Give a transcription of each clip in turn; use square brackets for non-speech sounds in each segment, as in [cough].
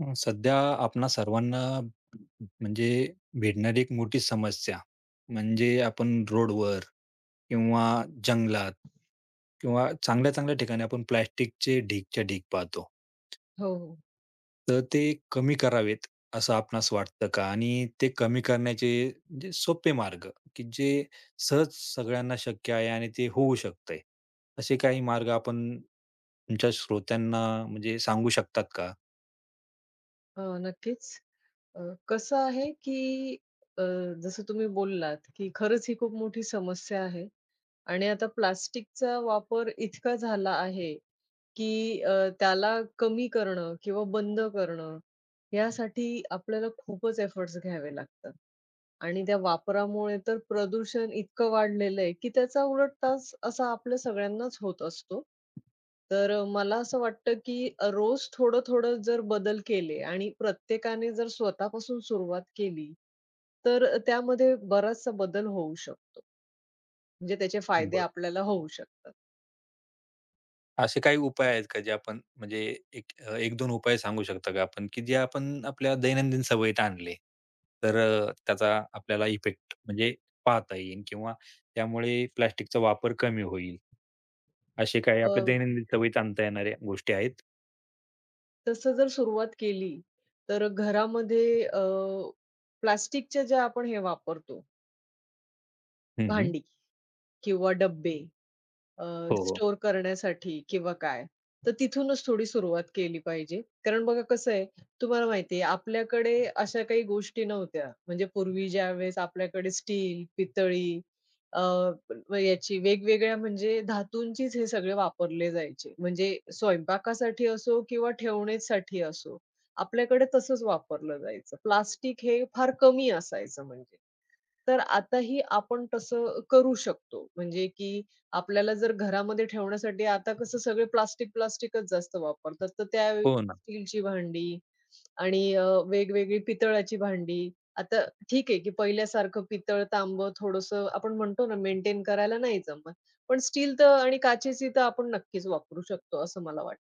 सध्या आपणा सर्वांना म्हणजे भेटणारी एक मोठी समस्या म्हणजे आपण रोडवर किंवा जंगलात किंवा चांगल्या-चांगल्या ठिकाणी आपण प्लास्टिकचे ढीगच्या ढीग पाहतो. हो, हो. तर ते कमी करावेत असं आपणास वाटतं का? आणि ते कमी करण्याचे जे सोपे मार्ग, की जे सहज सगळ्यांना शक्य आहे आणि ते होऊ शकतंय. असे काही मार्ग आपण तुमच्या श्रोत्यांना सांगू शकतात का? नक्कीच. अ, कसं आहे, की अ, जसं तुम्ही बोललात, की खरंच ही खूप मोठी समस्या आहे आणि आता प्लास्टिकचा वापर इतका झाला आहे, की त्याला कमी करणं किंवा बंद करणं, यासाठी आपल्याला खूपच एफर्ट्स घ्यावे लागतात. आणि त्या वापरामुळे तर प्रदूषण इतकं वाढलेलं आहे, की त्याचा उलट त्रास असा आपल्या सगळ्यांनाच होत असतो. तर मला असं वाटतं, की रोज थोडं-थोडं जर बदल केले आणि प्रत्येकाने जर स्वतःपासून सुरुवात केली, तर त्यामध्ये बराचसा बदल होऊ शकतो. म्हणजे त्याचे फायदे आपल्याला होऊ शकतात. असे काही उपाय आहेत का जे आपण एक 1-2 उपाय सांगू शकता का आपण, की जे आपण आपल्या दैनंदिन सवयीत आणले, तर त्याचा आपल्याला इफेक्ट पाहता येईल किंवा त्यामुळे प्लास्टिकचा वापर कमी होईल, असे काही आपल्या अ, दैनंदिन सवयीत आणता येणाऱ्या गोष्टी आहेत? तसं जर सुरुवात केली, तर घरामध्ये प्लास्टिकच्या ज्या आपण हे वापरतो, हं, हं. भांडी किंवा डब्बे अ, हो, हो. स्टोअर करण्यासाठी किंवा काय. तर तिथूनच थोडी सुरुवात केली पाहिजे. कारण बघा कसं आहे, तुम्हाला माहिती आहे आपल्याकडे अशा काही गोष्टी नव्हत्या. म्हणजे पूर्वी ज्यावेळेस आपल्याकडे स्टील, पितळी अ, व याची वेगवेगळ्या म्हणजे धातूंचीच हे सगळे वापरले जायचे. म्हणजे स्वयंपाकासाठी असो किंवा ठेवण्यासाठी असो. आपल्याकडे तसंच वापरलं जायचं. प्लास्टिक हे फार कमी असायचं म्हणजे. तर आताही आपण तसं करू शकतो. म्हणजे की आपल्याला जर घरामध्ये ठेवण्यासाठी आता कसं सगळे प्लास्टिक, प्लास्टिकच जास्त वापरतात. तर त्यावेळी हो ना. स्टीलची भांडी आणि वेगवेगळी पितळाची भांडी. आता ठीक आहे की पहिल्यासारखं पितळ, तांबं थोडंसं आपण म्हणतो ना मेंटेन करायला नाही जमत. पण स्टील तर आणि काचेची तर आपण नक्कीच वापरू शकतो असं मला वाटतं.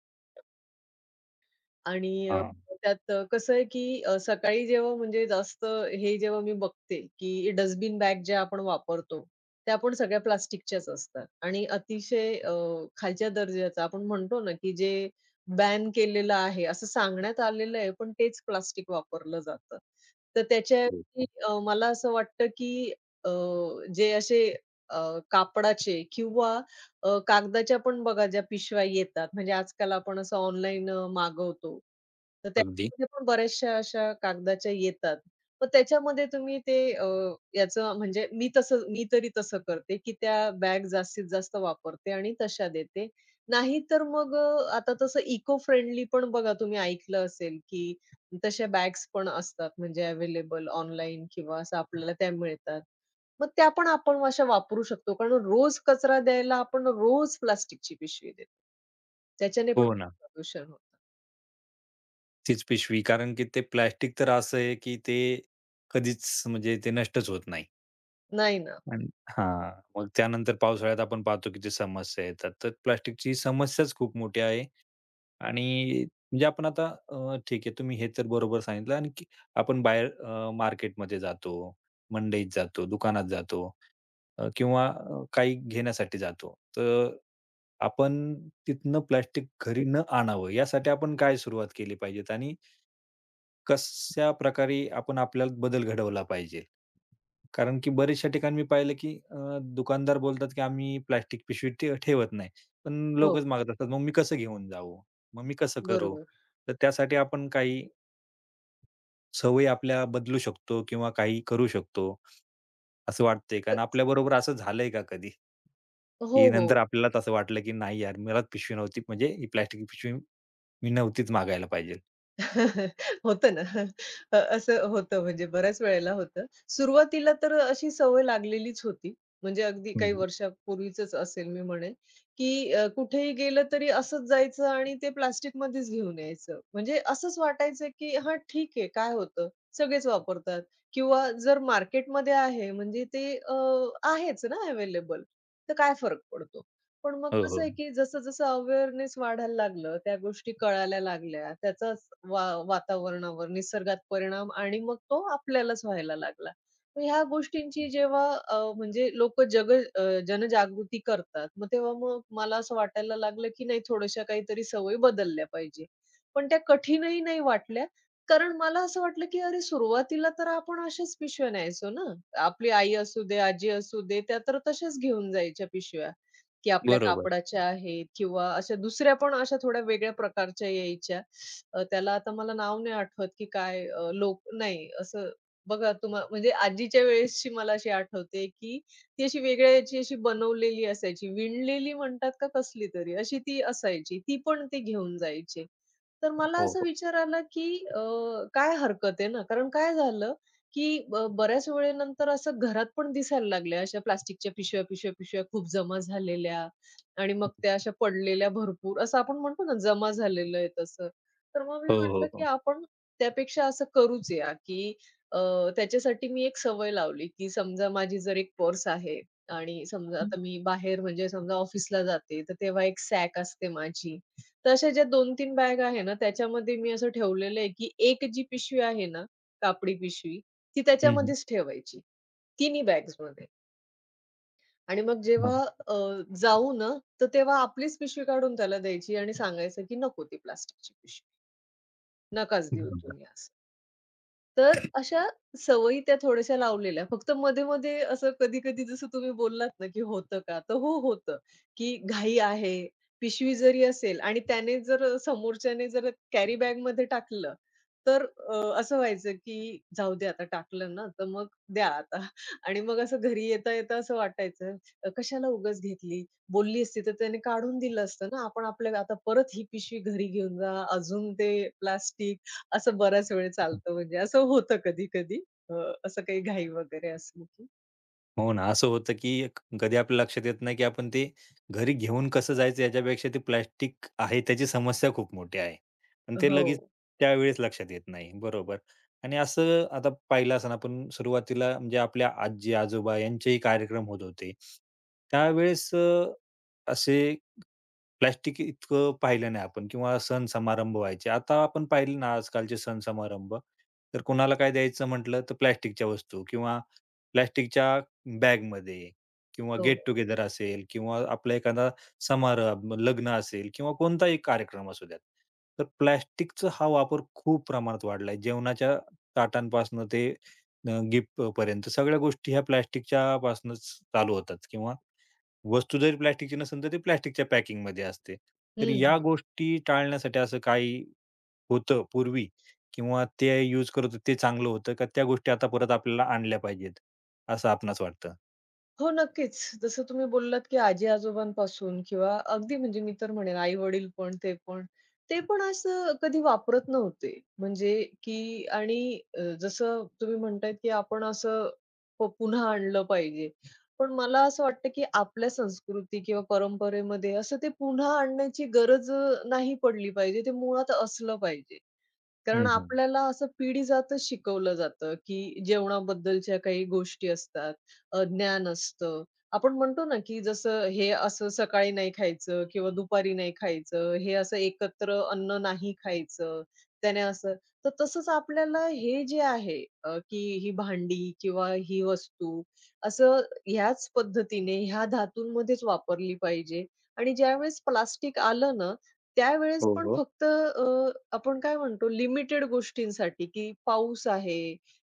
आणि हां. त्यात कसं आहे, की सकाळी जेव्हा म्हणजे जास्त हे जेव्हा मी बघते, की डस्टबिन बॅग ज्या आपण वापरतो, त्या पण सगळ्या प्लास्टिकच्याच असतात आणि अतिशय खालच्या दर्जाचं आपण म्हणतो ना, की जे बॅन केलेलं आहे, असं सांगण्यात आलेलं आहे, पण तेच प्लास्टिक वापरलं जातं. तर हो. त्याच्याऐवजी मला असं वाटतं, की अ, जे असे अ, कापडाचे किंवा कागदाच्या पण बघा ज्या पिशव्या येतात, म्हणजे आजकाल आपण असं ऑनलाईन मागवतो. तर अगदी. त्यामध्ये पण बऱ्याचशा अशा कागदाच्या येतात. मग त्याच्यामध्ये तुम्ही ते याचं म्हणजे मी तरी तसं करते, की त्या बॅग जास्तीत जास्त वापरते आणि तशा देते. नाही तर मग आता तसं इको फ्रेंडली पण बघा तुम्ही ऐकलं असेल, की तशा बॅग्स पण असतात म्हणजे अवेलेबल ऑनलाईन किंवा असं आपल्याला त्या मिळतात. मग त्या पण आपण अशा वापरू शकतो. कारण रोज कचरा द्यायला आपण रोज प्लास्टिकची पिशवी देतो. त्याच्याने पण हो ना. खूप प्रदूषण होतं. तीच पिशवी कारण की ते प्लास्टिक तर असं आहे, की ते कधीच ते नष्टच होत नाही. नाही ना. आणि हां, मग त्यानंतर पावसाळ्यात आपण पाहतो की जी समस्या येतात. तर प्लास्टिकची समस्याच खूप मोठी आहे आणि आपण आता ठीक आहे तुम्ही हे तर बरोबर सांगितलं आणि की आपण बाहेर मार्केटमध्ये जातो, मंडईत जातो, दुकानात जातो किंवा काही घेण्यासाठी जातो. तर आपण तिथनं प्लास्टिक घरी न आणावं यासाठी आपण काय सुरुवात केली पाहिजेत आणि कशा प्रकारे आपण आपल्यात बदल घडवला पाहिजे? कारण की बऱ्याचशा ठिकाणी मी पाहिलं की दुकानदार बोलतात की आम्ही प्लास्टिक पिशवी ठेवत नाही. पण हो, लोकच मागत असतात. मग मी कसं घेऊन जाऊ? मग मी कसं करू? बरोबर. तर त्यासाठी आपण काही सवयी आपल्या बदलू शकतो किंवा काही करू शकतो, असं वाटतंय का? तर आणि आपल्याबरोबर असं झालंय का कधी? हो, की नंतर हो. आपल्यालाच असं वाटलं की नाही यार मलाच पिशवी नव्हती ही प्लास्टिकची पिशवी मी नव्हतीच मागायला पाहिजे. [laughs] होतं ना. असं होतं म्हणजे बऱ्याच वेळेला होतं. सुरुवातीला तर अशी सवय लागलेलीच होती. म्हणजे अगदी काही हं, वर्षापूर्वीचंच असेल मी म्हणेन, की कुठेही गेलं तरी असंच जायचं आणि ते प्लास्टिकमध्येच घेऊन यायचं. म्हणजे असंच वाटायचं, की हां, ठीक आहे काय होतं, सगळेच वापरतात किंवा जर मार्केटमध्ये आहे म्हणजे ते आहेच ना अवेलेबल, तर काय फरक पडतो? पण मग हो, कसं हो. आहे, की जसं-जसं अवेअरनेस वाढायला लागलं, त्या गोष्टी कळायला लागल्या, त्याचाच वा वातावरणावर, निसर्गात परिणाम आणि मग तो आपल्यालाच व्हायला लागला. मग ह्या गोष्टींची जेव्हा म्हणजे जनजागृती करतात, मग तेव्हा मग मला असं वाटायला लागलं, की नाही थोड्याशा काहीतरी सवयी बदलल्या पाहिजे. पण त्या कठीणही नाही वाटल्या, कारण मला असं वाटलं, की अरे सुरुवातीला तर आपण अशाच पिशव्या न्यायचो ना. आपली आई असू दे, आजी असू दे, त्या तर तशाच घेऊन जायच्या पिशव्या. की आपल्या बरोबर. कापडाच्या आहेत किंवा अशा दुसऱ्या पण अशा थोड्या वेगळ्या प्रकारच्या यायच्या. त्याला आता मला नाव नाही आठवत की काय लोक नाही असं बघा तुम्हा म्हणजे आजीच्या वेळेसची मला अशी आठवते की ती अशी वेगळ्या याची अशी बनवलेली असायची. विणलेली म्हणतात का कसली तरी अशी ती असायची. ती पण ते घेऊन जायचे. तर मला हो, असं हो. विचार आला, की काय हरकत आहे ना? कारण काय झालं, की बऱ्याच वेळेनंतर असं घरात पण दिसायला लागले अशा प्लास्टिकच्या पिशव्या, खूप जमा झालेल्या आणि मग त्या अशा पडलेल्या भरपूर असं आपण म्हणतो ना, जमा झालेलं आहे तसं. तर मग मी हो, म्हटलं, हो, की हो. आपण त्यापेक्षा असं करूच या, की अ, त्याच्यासाठी मी एक सवय लावली, की समजा माझी जर एक पर्स आहे आणि समजा आता मी बाहेर म्हणजे समजा ऑफिसला जाते, तर तेव्हा एक सॅक असते माझी. तशा ज्या दोन 3 बॅग आहे ना, त्याच्यामध्ये मी असं ठेवलेलं आहे, की एक जी पिशवी आहे ना, कापडी पिशवी, ती हं, हं. त्याच्यामध्येच ठेवायची, तिन्ही बॅग्समध्ये. आणि मग जेव्हा अ, जाऊ ना, तर तेव्हा आपलीच पिशवी काढून त्याला द्यायची आणि सांगायचं, की "नको ती प्लास्टिकची पिशवी, नकाच देऊ बरोबर. तुम्ही आज." तर अशा सवयी त्या थोड्याशा लावलेल्या. फक्त मध्ये-मध्ये असं कधी-कधी जसं तुम्ही बोललात ना, की होतं का? तर हो, होतं, की घाई आहे, पिशवी जरी असेल आणि त्याने जर समोरच्याने जर कॅरी बॅगमध्ये टाकलं, तर अ, असं व्हायचं, की जाऊ दे आता टाकलं ना, तर मग द्या आता [laughs] आणि मग असं घरी येता-येता असं वाटायचं, कशाला उगाच घेतली? बोलली असती तर त्याने काढून दिलं असतं ना. आपण आपल्या आता परत ही पिशवी घरी घेऊन जा, अजून ते प्लास्टिक असं बराच वेळ चालतं म्हणजे असं होतं कधी-कधी. अ, असं काही घाई वगैरे असली की. हो ना, असं होतं की कधी आपल्या लक्षात येत नाही की आपण ते घरी घेऊन कसं जायचं याच्यापेक्षा ते प्लास्टिक आहे त्याची समस्या खूप मोठी आहे. पण ते लगेच हो, त्यावेळेस लक्षात येत नाही. बरोबर. आणि असं आता पाहिलं असेल आपण सुरुवातीला आपल्या आजी-आजोबा यांचेही कार्यक्रम होत होते. त्यावेळेस असे प्लास्टिक इतकं पाहिलं नाही आपण किंवा सण समारंभ व्हायचे. आता आपण पाहिले ना आजकालचे सण समारंभ, तर कोणाला काय द्यायचं म्हटलं तर प्लास्टिकच्या वस्तू किंवा प्लास्टिकच्या बॅगमध्ये किंवा हो, गेट हो. टुगेदर असेल किंवा आपला एखादा समारंभ, लग्न असेल किंवा कोणताही कार्यक्रम असू द्यात. तर प्लास्टिकचा हा वापर खूप प्रमाणात वाढलाय. जेवणाच्या ताटांपासनं ते गिफ्ट पर्यंत सगळ्या गोष्टी ह्या प्लास्टिकच्या पासनंच चालू होतात किंवा वस्तू जरी प्लास्टिकची नसेल, तर ती प्लास्टिकच्या पॅकिंगमध्ये असते. तर या हं, गोष्टी टाळण्यासाठी असं काही होतं पूर्वी किंवा ते यूज करत होते ते चांगलं होतं का त्या गोष्टी आता परत आपल्याला आणल्या पाहिजेत, असं आपणास वाटतं? हो, नक्कीच. जसं तुम्ही बोललात, की आजी-आजोबांपासून किंवा अगदी म्हणजे मी तर म्हणेन आई-वडील पण, ते पण. ते पण असं कधी वापरत नव्हते. म्हणजे की आणि जसं तुम्ही म्हणतायत, की आपण असं पुन्हा आणलं पाहिजे. पण मला असं वाटतं, की आपल्या संस्कृती किंवा परंपरेमध्ये असं ते पुन्हा आणण्याची गरज नाही पडली पाहिजे. ते मुळात असलं पाहिजे. कारण हं, हं. आपल्याला असं पिढी जातच शिकवलं जातं, की जेवणाबद्दलच्या काही गोष्टी असतात, ज्ञान असतं. आपण म्हणतो ना, की जसं हे असं सकाळी नाही खायचं किंवा दुपारी नाही खायचं, हे असं एकत्र अन्न नाही खायचं, त्याने असं तर तसंच आपल्याला हे जे आहे की ही भांडी किंवा ही वस्तू असं ह्याच पद्धतीने ह्या धातूंमध्येच वापरली पाहिजे आणि ज्यावेळेस प्लास्टिक आलं ना, त्यावेळेस हो, पण हो. फक्त आपण काय म्हणतो लिमिटेड गोष्टींसाठी, की पाऊस आहे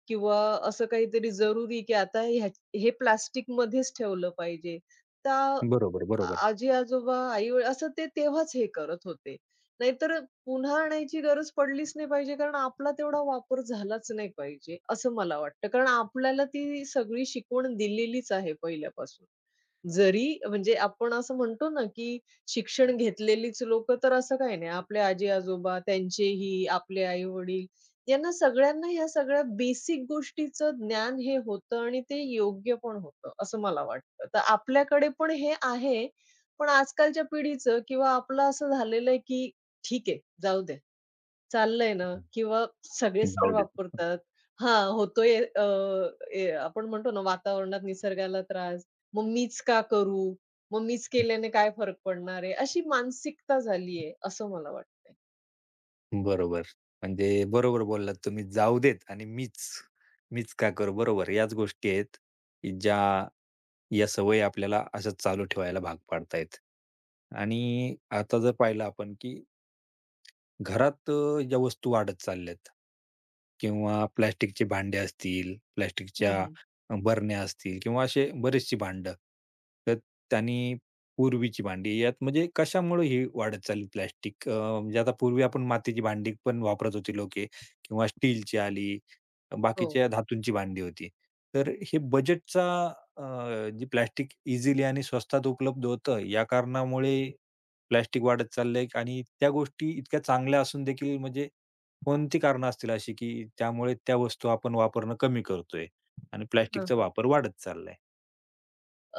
किंवा असं काहीतरी जरुरी, की आता ह्या हे प्लास्टिकमध्येच ठेवलं पाहिजे. त्या बरोबर, बरोबर. आजी-आजोबा, आई-वडील असं ते तेव्हाच हे करत होते. नाहीतर पुन्हा आणायची गरज पडलीच नाही पाहिजे, कारण आपला तेवढा वापर झालाच नाही पाहिजे, असं मला वाटतं. कारण आपल्याला ती सगळी शिकवण दिलेलीच आहे पहिल्यापासून. जरी म्हणजे आपण असं म्हणतो ना, की शिक्षण घेतलेलीच लोकं तर असं काही नाही. आपले आजी-आजोबा, त्यांचेही, आपले आई-वडील यांना सगळ्यांना ह्या सगळ्या बेसिक गोष्टीचं ज्ञान हे होतं आणि ते योग्य पण होतं, असं मला वाटतं. तर आपल्याकडे पण हे आहे, पण आजकालच्या पिढीचं किंवा आपलं असं झालेलं आहे, की ठीक आहे, जाऊ दे. चाललंय ना किंवा सगळेच तर जाऊ देत. वापरतात. हां, होतोय अ, ए आपण म्हणतो ना वातावरणात निसर्गाला त्रास. मग मीच का करू? मग मीच केल्याने काय फरक पडणार आहे? अशी मानसिकता झाली आहे असं मला वाटतंय. बरोबर. बरोबर बोललात तुम्ही. जाऊ देत आणि मीच, मीच का करू? बरोबर. याच गोष्टी आहेत, की ज्या या सवयी आपल्याला अशाच चालू ठेवायला भाग पाडतायत. आणि आता जर पाहिलं आपण, की घरात ज्या वस्तू वाढत चालल्यात किंवा प्लास्टिकची भांडी असतील, हं, हं. प्लास्टिकच्या बरण्या असतील किंवा असे बरेचशी भांडं. तर त्यांनी पूर्वीची भांडी यात कशामुळे ही वाढत चालली प्लास्टिक? आता पूर्वी आपण मातीची भांडी पण वापरत होती लोके किंवा स्टीलची आली, हो. बाकीच्या धातूंची भांडी होती. तर हे बजेटचा जी प्लास्टिक इझिली आणि स्वस्तात उपलब्ध होतं या कारणामुळे प्लास्टिक वाढत चाललंय आणि त्या गोष्टी इतक्या चांगल्या असून देखील कोणती कारणं असतील अशी, की त्यामुळे त्या वस्तू आपण वापरणं कमी करतोय आणि हां, प्लास्टिकचा हां. वापर वाढत चाललाय?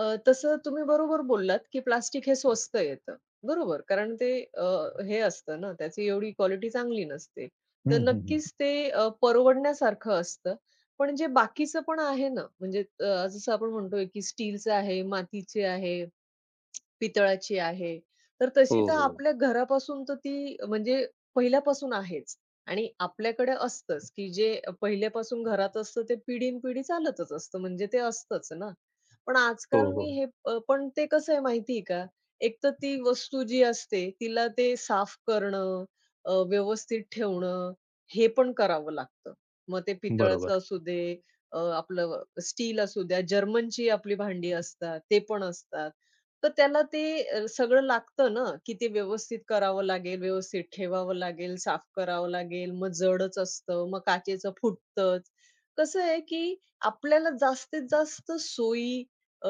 तसं तुम्ही बरोबर बोललात, की प्लास्टिक हे स्वस्त येतं. बरोबर. कारण ते हे असतं ना, त्याची एवढी क्वालिटी चांगली नसते. हं, तर हं, हं. नक्कीच ते परवडण्यासारखं असतं. पण जे बाकीचं पण आहे ना, म्हणजे जसं आपण म्हणतोय, की स्टीलचं आहे, मातीचे आहे, पितळाची आहे. तर हो, तशी तर हो. आपल्या घरापासून तर ती म्हणजे पहिल्यापासून आहेच आणि आपल्याकडे असतंच, की जे पहिल्यापासून घरात असतं ते पिढीन-पिढी चालतच असतं. म्हणजे ते असतंच ना. पण हो, आजकाल हो. मी हे पण ते कसं आहे माहिती आहे का? एक तर ती वस्तू जी असते तिला ते साफ करणं, व्यवस्थित ठेवणं हे पण करावं लागतं. मग ते बरोबर. पितळाचं असू दे, आपलं स्टील असू द्या, जर्मनची आपली भांडी असतात, ते पण असतात. तर त्याला ते सगळं लागतं ना, की ते व्यवस्थित करावं लागेल, व्यवस्थित ठेवावं लागेल, साफ करावं लागेल. मग जडच असतं, मग काचेचं फुटतंच. कसं आहे, की आपल्याला जास्तीत जास्त सोयी अ,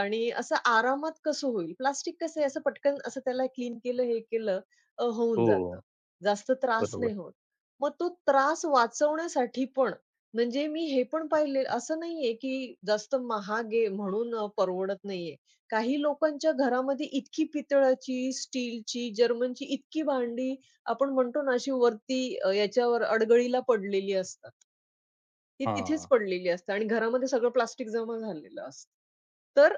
आणि असं आरामात कसं होईल? प्लास्टिक कसं आहे असं पटकन असं त्याला क्लीन केलं, हे केलं होऊन हो, जातं. जास्त त्रास बरोबर. नाही होत. मग तो त्रास वाचवण्यासाठी पण म्हणजे मी हे पण पाहिले असं नाहीये, की जास्त महाग आहे म्हणून परवडत नाहीये. काही लोकांच्या घरामध्ये इतकी पितळाची, स्टीलची, जर्मनची इतकी भांडी आपण म्हणतो ना अशी वरती याच्यावर अडगळीला पडलेली असतात. ती तिथेच हां. पडलेली असते आणि घरामध्ये सगळं प्लास्टिक जमा झालेलं असतं. तर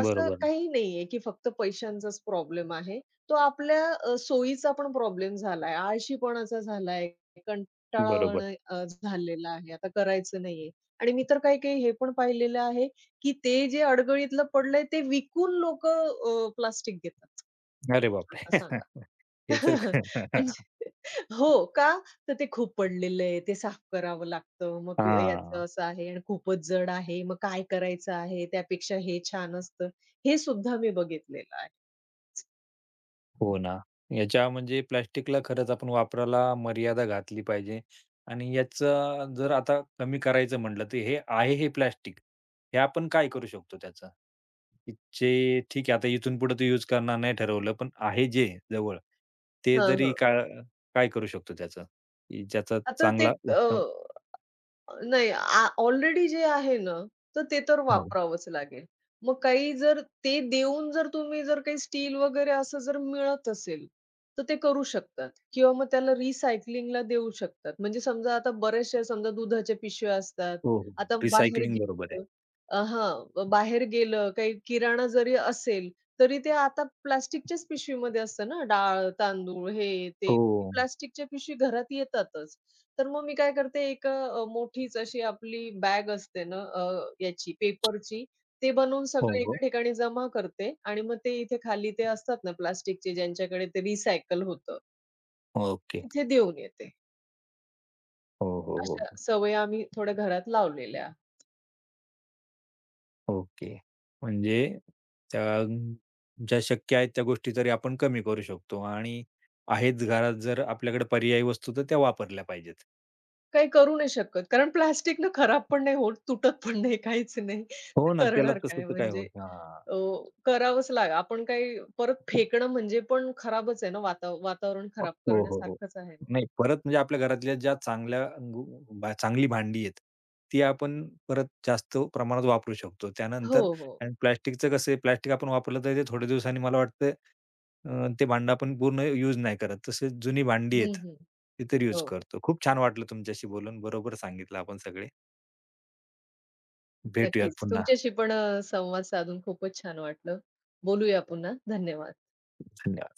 असं काही नाहीये, की फक्त पैशांचाच प्रॉब्लेम आहे. तो आपल्या सोयीचा पण प्रॉब्लेम झालाय, आळशीपणाचा झालाय, बरोबर. कंटाळवाणं झालेला आहे. आता करायचं नाहीये आणि मी तर काही-काही हे पण पाहिलेलं आहे, की ते जे अडगळीतलं पडलंय ते विकून लोकं प्लास्टिक घेतात. अरे आता बापरे! सांगा. [laughs] हे तर [laughs] म्हणजे हो का? तर ते खुपडलेलं आहे, ते साफ करावं लागतं. मग ते हां. याचं [laughs] असं आहे आणि खूपच जड आहे. मग काय करायचं आहे? त्यापेक्षा हे छान असतं. हे सुद्धा मी बघितलेलं आहे. हो ना. याच्या प्लास्टिकला खरंच आपण वापराला मर्यादा घातली पाहिजे आणि याचा जर आता कमी करायचं म्हटलं, तर हे आहे हे प्लास्टिक, हे आपण काय करू शकतो त्याचं? की जे ठीक आहे, आता इथून पुढे ते यूज करणार नाही ठरवलं, पण आहे जे जवळ, ते हं, जरी हं. काय काय करू शकतो त्याचं, की ज्याचा आता ते चांगला उत्तम नाही ऑलरेडी जे आहे ना, तर ते तर हो, वापरावंच लागेल. मग काही जर ते देऊन जर तुम्ही जर काही स्टील वगैरे असं जर मिळत असेल, तर ते करू शकतात किंवा मग त्याला रिसायकलिंगला देऊ शकतात. म्हणजे समजा आता बऱ्याचशा समजा दुधाच्या पिशव्या असतात. हो, आता हो. बाहेर रिसायकलिंग बरोबर आहे. गेलं हां, बाहेर गेलं काही किराणा जरी असेल, तरी ते आता प्लास्टिकच्याच पिशवीमध्ये असतं ना डाळ, तांदूळ हे ते. हो, प्लास्टिकच्या पिशवी घरात येतातच. तर मग मी काय करते एक मोठीच अशी आपली बॅग असते ना याची पेपरची, ते बनवून हो, सगळे हो. एका ठिकाणी जमा करते आणि मग ते इथे खाली ते असतात ना प्लास्टिकचे ज्यांच्याकडे ते रिसायकल होतं, ओके. तिथे देऊन येते. हो, हो, हो, अशा हो. सवयी आम्ही थोड्या घरात लावलेल्या. ओके. म्हणजे त्या ज्या शक्य आहेत त्या गोष्टी तरी आपण कमी करू शकतो आणि आहेच घरात जर आपल्याकडे पर्यायी वस्तू तर त्या वापरल्या पाहिजेत. काही करू नाही शकत कारण प्लास्टिकनं खराब पण नाही होत, तुटत पण नाही, काहीच नाही. हो ना, तर त्याला करणार तसं काय तर काय म्हणजे होत हां. अ, करावंच लाग आपण काही परत फेकणं म्हणजे पण खराबच आहे ना वातावरण हो, खराब हो, हो. करण्यासारखंच आहे ना. नाही परत आपल्या घरातल्या ज्या चांगल्या गो चांगली भांडी आहेत, ती आपण परत जास्त प्रमाणात वापरू शकतो. हो, त्यानंतर हो. आणि प्लास्टिकचं कसं आहे, प्लास्टिक आपण वापरलं तर ते थोड्या दिवसांनी मला वाटतं ते भांडं आपण पूर्ण यूज नाही करत. तसेच जुनी भांडी आहेत, हं, हं. ती तर यूज हो, करतो. खूप छान वाटलं तुमच्याशी बोलून. बरोबर सांगितलं आपण सगळे. भेटूयात नक्कीच. पुन्हा. तुमच्याशी पण संवाद साधून खूपच छान वाटलं. बोलूया पुन्हा. धन्यवाद. धन्यवाद.